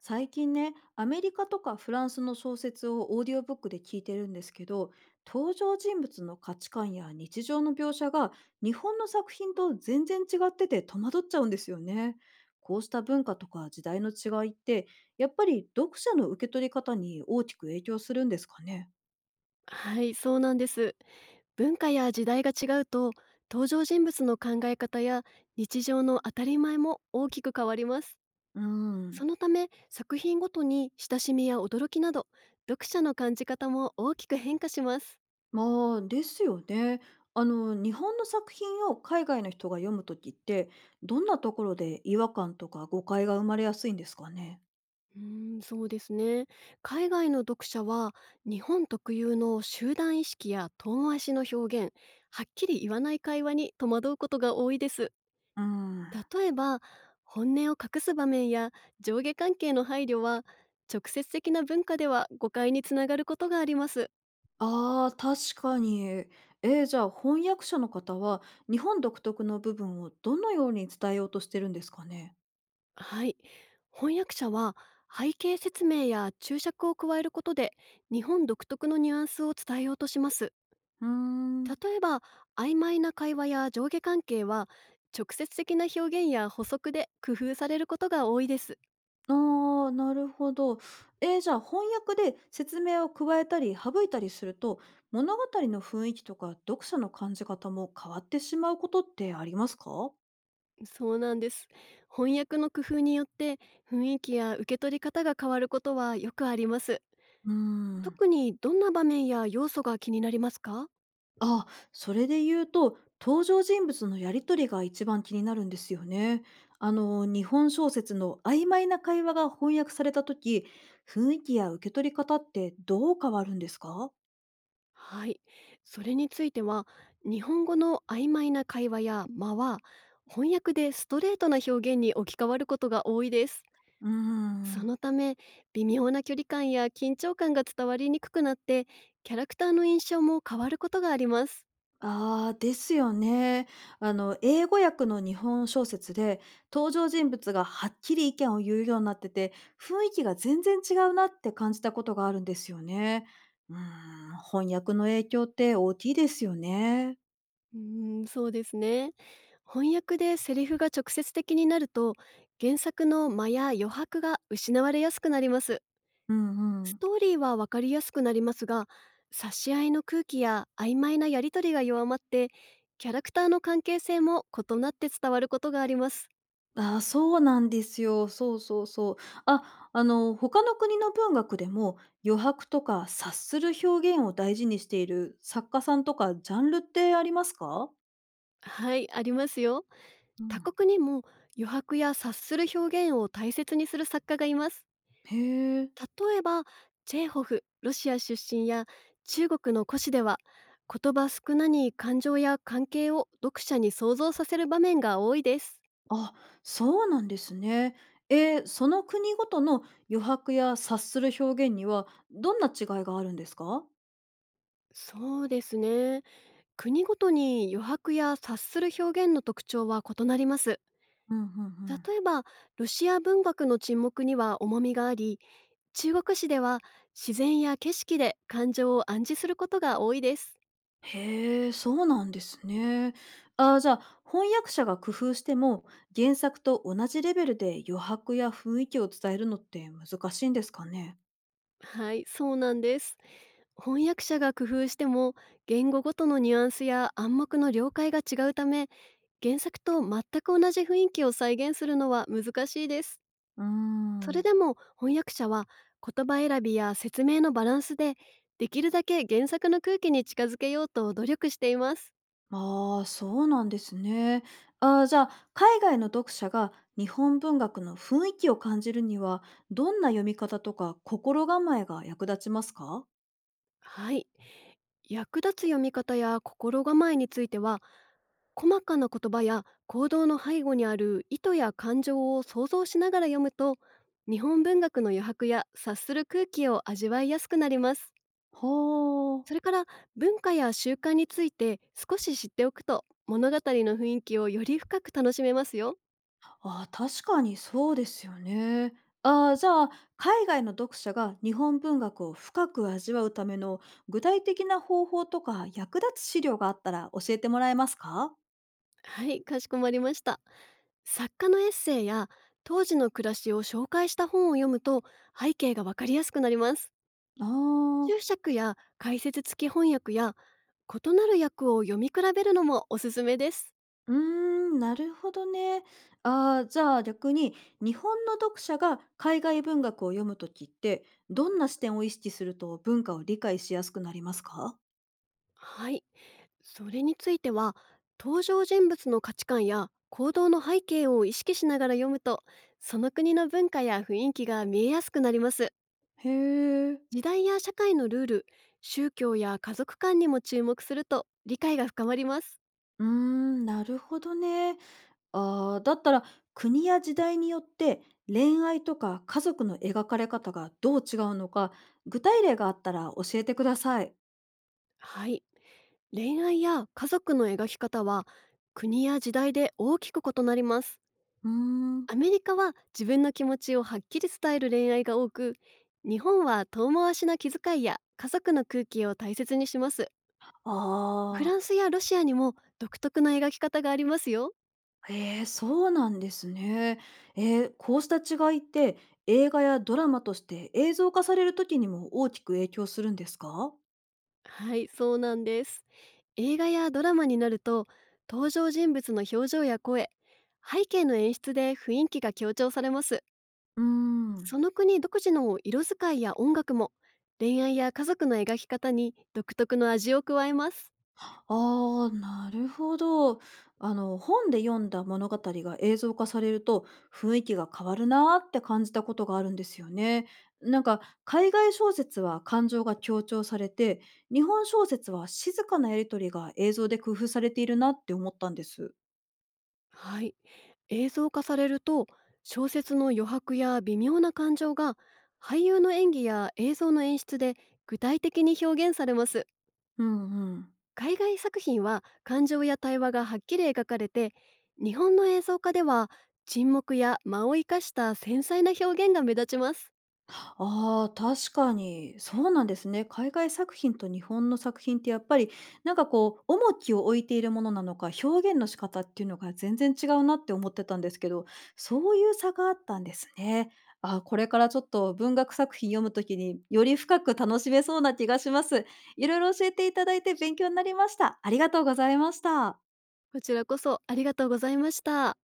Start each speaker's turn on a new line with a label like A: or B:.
A: 最近ねアメリカとかフランスの小説をオーディオブックで聞いてるんですけど、登場人物の価値観や日常の描写が日本の作品と全然違ってて戸惑っちゃうんですよね。こうした文化とか時代の違いって、やっぱり読者の受け取り方に大きく影響するんですかね。
B: はい、そうなんです。文化や時代が違うと、登場人物の考え方や日常の当たり前も大きく変わります。
A: うん。
B: そのため、作品ごとに親しみや驚きなど、読者の感じ方も大きく変化します。
A: まあですよね。あの、日本の作品を海外の人が読む時って、どんなところで違和感とか誤解が生まれやすいんですかね。
B: うーん、そうですね。海外の読者は、日本特有の集団意識や遠回しの表現、はっきり言わない会話に戸惑うことが多いです。
A: うーん。
B: 例えば本音を隠す場面や上下関係の配慮は直接的な文化では誤解につながることがあります。
A: ああ、確かに。じゃあ、翻訳者の方は、日本独特の部分をどのように伝えようとしてるんですかね？
B: はい、翻訳者は背景説明や注釈を加えることで日本独特のニュアンスを伝えようとします。
A: うーん。
B: 例えば曖昧な会話や上下関係は直接的な表現や補足で工夫されることが多いです。
A: ああ、なるほど。じゃあ、翻訳で説明を加えたり省いたりすると、物語の雰囲気とか読者の感じ方も変わってしまうことってありますか？
B: そうなんです。翻訳の工夫によって雰囲気や受け取り方が変わることはよくあります。
A: うーん。
B: 特にどんな場面や要素が気になりますか？
A: あ、それで言うと、登場人物のやりとりが一番気になるんですよね。あの、日本小説の曖昧な会話が翻訳された時、雰囲気や受け取り方ってどう変わるんですか。
B: はい。それについては、日本語の曖昧な会話や間は、翻訳でストレートな表現に置き換わることが多いです。
A: うー
B: そ
A: ん。
B: のため、微妙な距離感や緊張感が伝わりにくくなって、キャラクターの印象も変わることがあります。
A: ああ、ですよね。あの、英語訳の日本小説で、登場人物がはっきり意見を言うようになってて、雰囲気が全然違うなって感じたことがあるんですよね。うーん、翻訳の影響って大きいですよね。
B: うーん、そうですね。翻訳でセリフが直接的になると、原作の間や余白が失われやすくなります。
A: うんう
B: ス
A: ん。
B: トーリーはわかりやすくなりますが、差し合いの空気や曖昧なやりとりが弱まって、キャラクターの関係性も異なって伝わることがあります。
A: ああ、そうなんですよ。そうそうそう。あ、あの、他の国の文学でも、余白とか察する表現を大事にしている作家さんとかジャンルってありますか。
B: はい、ありますよ。
A: う
B: 他
A: ん。
B: 国にも余白や察する表現を大切にする作家がいます。
A: へえ。
B: 例えば、チェーホフ、ロシア出身や中国の古紙では、言葉少なに感情や関係を読者に想像させる場面が多いです。
A: あ、そうなんですね。その国ごとの余白や察する表現には、どんな違いがあるんですか。
B: そうですね。国ごとに余白や察する表現の特徴は異なります。
A: うんうんうん。
B: 例えば、ロシア文学の沈黙には重みがあり、中国史では自然や景色で感情を暗示することが多いです。
A: へえ、そうなんですね。ああ、じゃあ、翻訳者が工夫しても、原作と同じレベルで余白や雰囲気を伝えるのって難しいんですかね。
B: はい、そうなんです。翻訳者が工夫しても、言語ごとのニュアンスや暗黙の了解が違うため、原作と全く同じ雰囲気を再現するのは難しいです。
A: うー
B: それ
A: ん。
B: でも翻訳者は言葉選びや説明のバランスでできるだけ原作の空気に近づけようと努力しています。
A: ああ、そうなんですね。ああ、じゃあ、海外の読者が日本文学の雰囲気を感じるには、どんな読み方とか心構えが役立ちますか。
B: はい。役立つ読み方や心構えについては、細かな言葉や行動の背後にある意図や感情を想像しながら読むと、日本文学の余白や察する空気を味わいやすくなります。
A: は
B: それ
A: あ。
B: から、文化や習慣について少し知っておくと物語の雰囲気をより深く楽しめますよ。
A: ああ、確かにそうですよね。ああ、じゃあ、海外の読者が日本文学を深く味わうための具体的な方法とか役立つ資料があったら教えてもらえますか。
B: はい、かしこまりました。作家のエッセイや当時の暮らしを紹介した本を読むと背景がわかりやすくなります。
A: ああ、
B: 注釈や解説付き翻訳や異なる訳を読み比べるのもおすすめです。
A: うーん、なるほどね。ああ、じゃあ逆に日本の読者が海外文学を読むときって、どんな視点を意識すると文化を理解しやすくなりますか。
B: はい、それについては、登場人物の価値観や行動の背景を意識しながら読むと、その国の文化や雰囲気が見えやすくなります。
A: へえ。
B: 時代や社会のルール、宗教や家族観にも注目すると理解が深まります。
A: うーん、なるほどね。ああ、だったら国や時代によって恋愛とか家族の描かれ方がどう違うのか、具体例があったら教えてください。
B: はい。恋愛や家族の描き方は国や時代で大きく異なります。
A: うーん。
B: アメリカは自分の気持ちをはっきり伝える恋愛が多く、日本は遠回しな気遣いや家族の空気を大切にします。
A: あ
B: フラ
A: あ、
B: ンスやロシアにも独特な描き方がありますよ。
A: えそうなんですね。こうした違いって、映画やドラマとして映像化される時にも大きく影響するんですか。
B: はい、そうなんです。映画やドラマになると、登場人物の表情や声、背景の演出で雰囲気が強調されます。
A: うーん。
B: その国独自の色使いや音楽も恋愛や家族の描き方に独特の味を加えます。
A: ああ、なるほど。あの、本で読んだ物語が映像化されると雰囲気が変わるなーって感じたことがあるんですよね。なんか、海外小説は感情が強調されて、日本小説は静かなやりとりが映像で工夫されているなって思ったんです。
B: はい、映像化されると、小説の余白や微妙な感情が俳優の演技や映像の演出で具体的に表現されます。
A: うんうん。
B: 海外作品は感情や対話がはっきり描かれて、日本の映像化では沈黙や間を生かした繊細な表現が目立ちます。
A: ああ、確かに。そうなんですね。海外作品と日本の作品ってやっぱり、なんかこう、重きを置いているものなのか、表現の仕方っていうのが全然違うなって思ってたんですけど、そういう差があったんですね。あ、これからちょっと文学作品読むときにより深く楽しめそうな気がします。いろいろ教えていただいて勉強になりました。ありがとうございました。
B: こちらこそありがとうございました。